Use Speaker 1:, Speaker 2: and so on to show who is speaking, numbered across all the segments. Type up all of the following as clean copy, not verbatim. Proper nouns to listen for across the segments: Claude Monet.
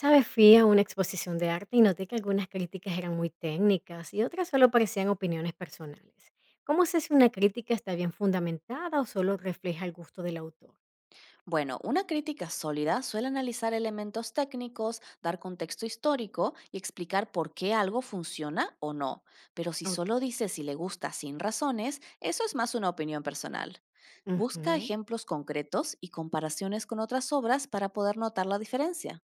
Speaker 1: ¿Sabes? Fui a una exposición de arte y noté que algunas críticas eran muy técnicas y otras solo parecían opiniones personales. ¿Cómo sé si una crítica está bien fundamentada o solo refleja el gusto del autor?
Speaker 2: Bueno, una crítica sólida suele analizar elementos técnicos, dar contexto histórico y explicar por qué algo funciona o no. Pero si solo
Speaker 1: Ok.
Speaker 2: dice si le gusta sin razones, eso es más una opinión personal. Busca
Speaker 1: Ujú.
Speaker 2: ejemplos concretos y comparaciones con otras obras para poder notar la diferencia.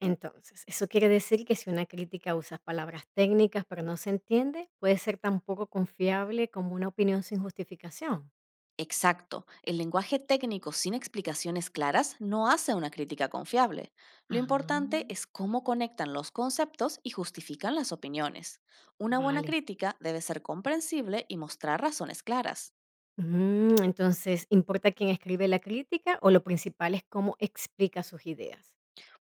Speaker 1: Entonces, eso quiere decir que si una crítica usa palabras técnicas pero no se entiende, puede ser tan poco confiable como una opinión sin justificación.
Speaker 2: Exacto, el lenguaje técnico sin explicaciones claras no hace una crítica confiable. Lo
Speaker 1: Ah,
Speaker 2: importante es cómo conectan los conceptos y justifican las opiniones. Una buena
Speaker 1: vale.
Speaker 2: crítica debe ser comprensible y mostrar razones claras.
Speaker 1: Mm, entonces, ¿importa quién escribe la crítica o lo principal es cómo explica sus ideas?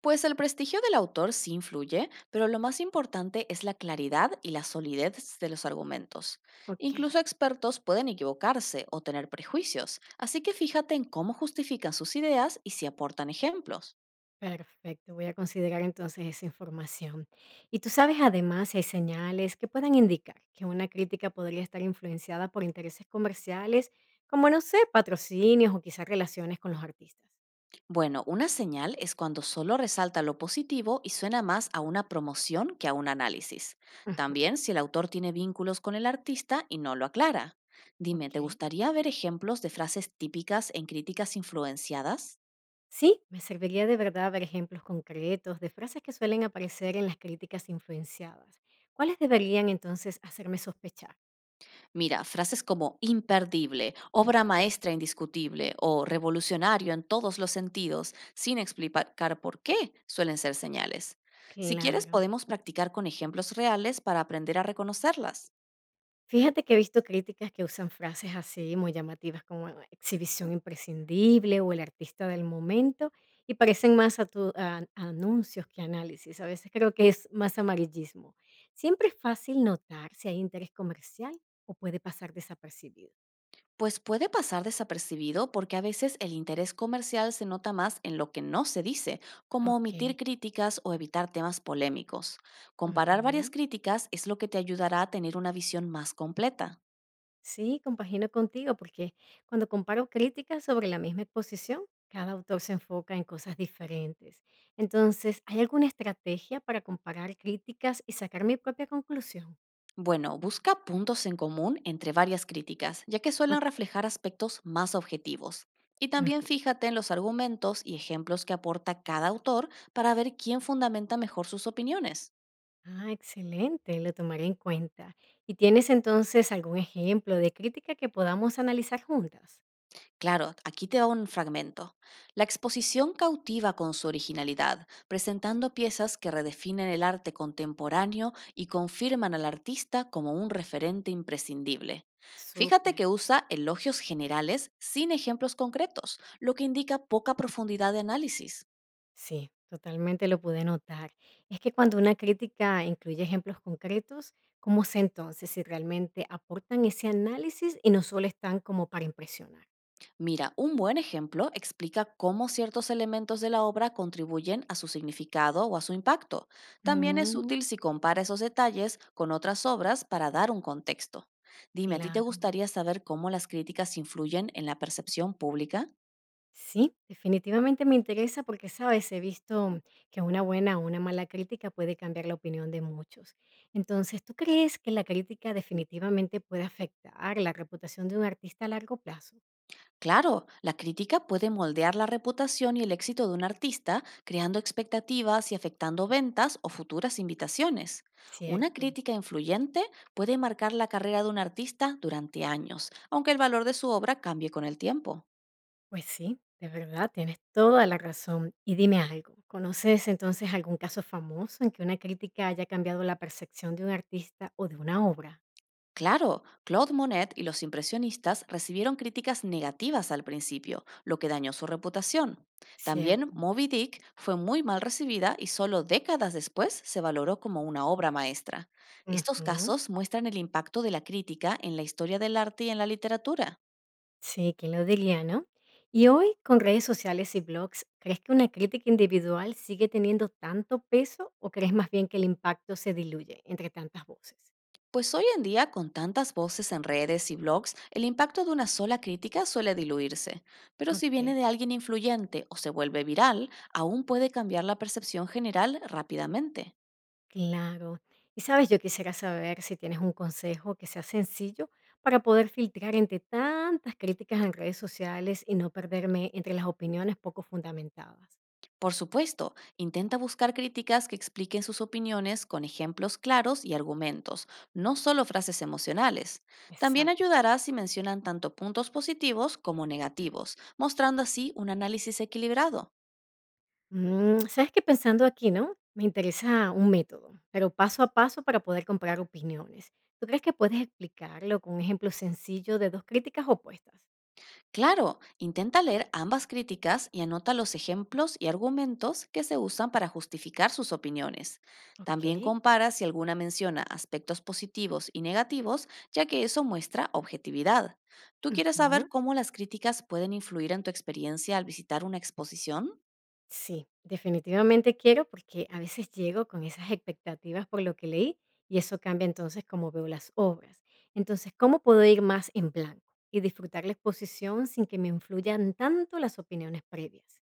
Speaker 2: Pues el prestigio del autor sí influye, pero lo más importante es la claridad y la solidez de los argumentos.
Speaker 1: Ok.
Speaker 2: Incluso expertos pueden equivocarse o tener prejuicios, así que fíjate en cómo justifican sus ideas y si aportan ejemplos.
Speaker 1: Perfecto, voy a considerar entonces esa información. ¿Y tú sabes además si hay señales que puedan indicar que una crítica podría estar influenciada por intereses comerciales, como no sé, patrocinios o quizás relaciones con los artistas?
Speaker 2: Bueno, una señal es cuando solo resalta lo positivo y suena más a una promoción que a un análisis.
Speaker 1: Ujú,
Speaker 2: También si el autor tiene vínculos con el artista y no lo aclara. Dime,
Speaker 1: ok.
Speaker 2: ¿te gustaría ver ejemplos de frases típicas en críticas influenciadas?
Speaker 1: Sí, me serviría de verdad ver ejemplos concretos de frases que suelen aparecer en las críticas influenciadas. ¿Cuáles deberían entonces hacerme sospechar?
Speaker 2: Mira, frases como imperdible, obra maestra indiscutible o revolucionario en todos los sentidos, sin explicar por qué, suelen ser señales. Si quieres,
Speaker 1: Claro.
Speaker 2: podemos practicar con ejemplos reales para aprender a reconocerlas.
Speaker 1: Fíjate que he visto críticas que usan frases así muy llamativas como exhibición imprescindible o el artista del momento y parecen más a anuncios que análisis. A veces creo que es más amarillismo. ¿Siempre es fácil notar si hay interés comercial o puede pasar desapercibido?
Speaker 2: Pues puede pasar desapercibido porque a veces el interés comercial se nota más en lo que no se dice, como
Speaker 1: Ok.
Speaker 2: omitir críticas o evitar temas polémicos. Comparar varias
Speaker 1: Ujú.
Speaker 2: críticas es lo que te ayudará a tener una visión más completa.
Speaker 1: Sí, compagino contigo, porque cuando comparo críticas sobre la misma exposición, cada autor se enfoca en cosas diferentes. Entonces, ¿hay alguna estrategia para comparar críticas y sacar mi propia conclusión?
Speaker 2: Bueno, busca puntos en común entre varias críticas, ya que
Speaker 1: Ok.
Speaker 2: suelen reflejar aspectos más objetivos. Y también
Speaker 1: Ujú.
Speaker 2: fíjate en los argumentos y ejemplos que aporta cada autor para ver quién fundamenta mejor sus opiniones.
Speaker 1: Ah, excelente, lo tomaré en cuenta. ¿Y tienes entonces algún ejemplo de crítica que podamos analizar juntas?
Speaker 2: Claro, aquí te va un fragmento. La exposición cautiva con su originalidad, presentando piezas que redefinen el arte contemporáneo y confirman al artista como un referente imprescindible. Fíjate
Speaker 1: Súper.
Speaker 2: que usa elogios generales sin ejemplos concretos, lo que indica poca profundidad de análisis.
Speaker 1: Sí, totalmente lo pude notar. Es que cuando una crítica incluye ejemplos concretos, ¿cómo sé entonces si realmente aportan ese análisis y no solo están como para impresionar?
Speaker 2: Mira, un buen ejemplo explica cómo ciertos elementos de la obra contribuyen a su significado o a su impacto. También es
Speaker 1: Mm,
Speaker 2: útil si compara esos detalles con otras obras para dar un contexto. Dime, ¿a ti te
Speaker 1: claro.
Speaker 2: gustaría saber cómo las críticas influyen en la percepción pública?
Speaker 1: Sí, definitivamente me interesa porque, sabes, he visto que una buena o una mala crítica puede cambiar la opinión de muchos. Entonces, ¿tú crees que la crítica definitivamente puede afectar la reputación de un artista a largo plazo?
Speaker 2: Claro, la crítica puede moldear la reputación y el éxito de un artista, creando expectativas y afectando ventas o futuras invitaciones. Una
Speaker 1: Cierto.
Speaker 2: crítica influyente puede marcar la carrera de un artista durante años, aunque el valor de su obra cambie con el tiempo.
Speaker 1: Pues sí, de verdad, tienes toda la razón. Y dime algo, ¿conoces entonces algún caso famoso en que una crítica haya cambiado la percepción de un artista o de una obra?
Speaker 2: Claro, Claude Monet y los impresionistas recibieron críticas negativas al principio, lo que dañó su reputación. También
Speaker 1: Cierto.
Speaker 2: Moby Dick fue muy mal recibida y solo décadas después se valoró como una obra maestra. Estos
Speaker 1: Ujú.
Speaker 2: casos muestran el impacto de la crítica en la historia del arte y en la literatura.
Speaker 1: Sí, ¿quién lo diría, no? Y hoy, con redes sociales y blogs, ¿crees que una crítica individual sigue teniendo tanto peso o crees más bien que el impacto se diluye entre tantas voces?
Speaker 2: Pues hoy en día, con tantas voces en redes y blogs, el impacto de una sola crítica suele diluirse. Pero si
Speaker 1: Ok.
Speaker 2: viene de alguien influyente o se vuelve viral, aún puede cambiar la percepción general rápidamente.
Speaker 1: Claro. Y sabes, yo quisiera saber si tienes un consejo que sea sencillo para poder filtrar entre tantas críticas en redes sociales y no perderme entre las opiniones poco fundamentadas.
Speaker 2: Por supuesto, intenta buscar críticas que expliquen sus opiniones con ejemplos claros y argumentos, no solo frases emocionales. También
Speaker 1: Exacto.
Speaker 2: ayudará si mencionan tanto puntos positivos como negativos, mostrando así un análisis equilibrado.
Speaker 1: Mm, sabes que pensando aquí, ¿no? Me interesa un método, pero paso a paso para poder comprar opiniones. ¿Tú crees que puedes explicarlo con un ejemplo sencillo de dos críticas opuestas?
Speaker 2: Claro, intenta leer ambas críticas y anota los ejemplos y argumentos que se usan para justificar sus opiniones.
Speaker 1: Ok.
Speaker 2: También compara si alguna menciona aspectos positivos y negativos, ya que eso muestra objetividad. ¿Tú quieres
Speaker 1: Ujú.
Speaker 2: saber cómo las críticas pueden influir en tu experiencia al visitar una exposición?
Speaker 1: Sí, definitivamente quiero porque a veces llego con esas expectativas por lo que leí y eso cambia entonces cómo veo las obras. Entonces, ¿cómo puedo ir más en blanco y disfrutar la exposición sin que me influyan tanto las opiniones previas?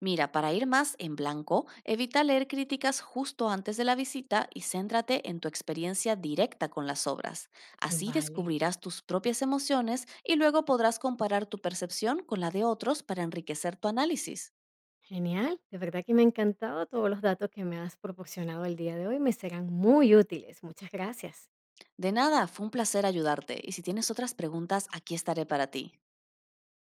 Speaker 2: Mira, para ir más en blanco, evita leer críticas justo antes de la visita y céntrate en tu experiencia directa con las obras. Así
Speaker 1: Vale,
Speaker 2: descubrirás tus propias emociones y luego podrás comparar tu percepción con la de otros para enriquecer tu análisis.
Speaker 1: genial. De verdad que me ha encantado todos los datos que me has proporcionado el día de hoy. Me serán muy útiles. Muchas gracias.
Speaker 2: De nada, fue un placer ayudarte y si tienes otras preguntas, aquí estaré para ti.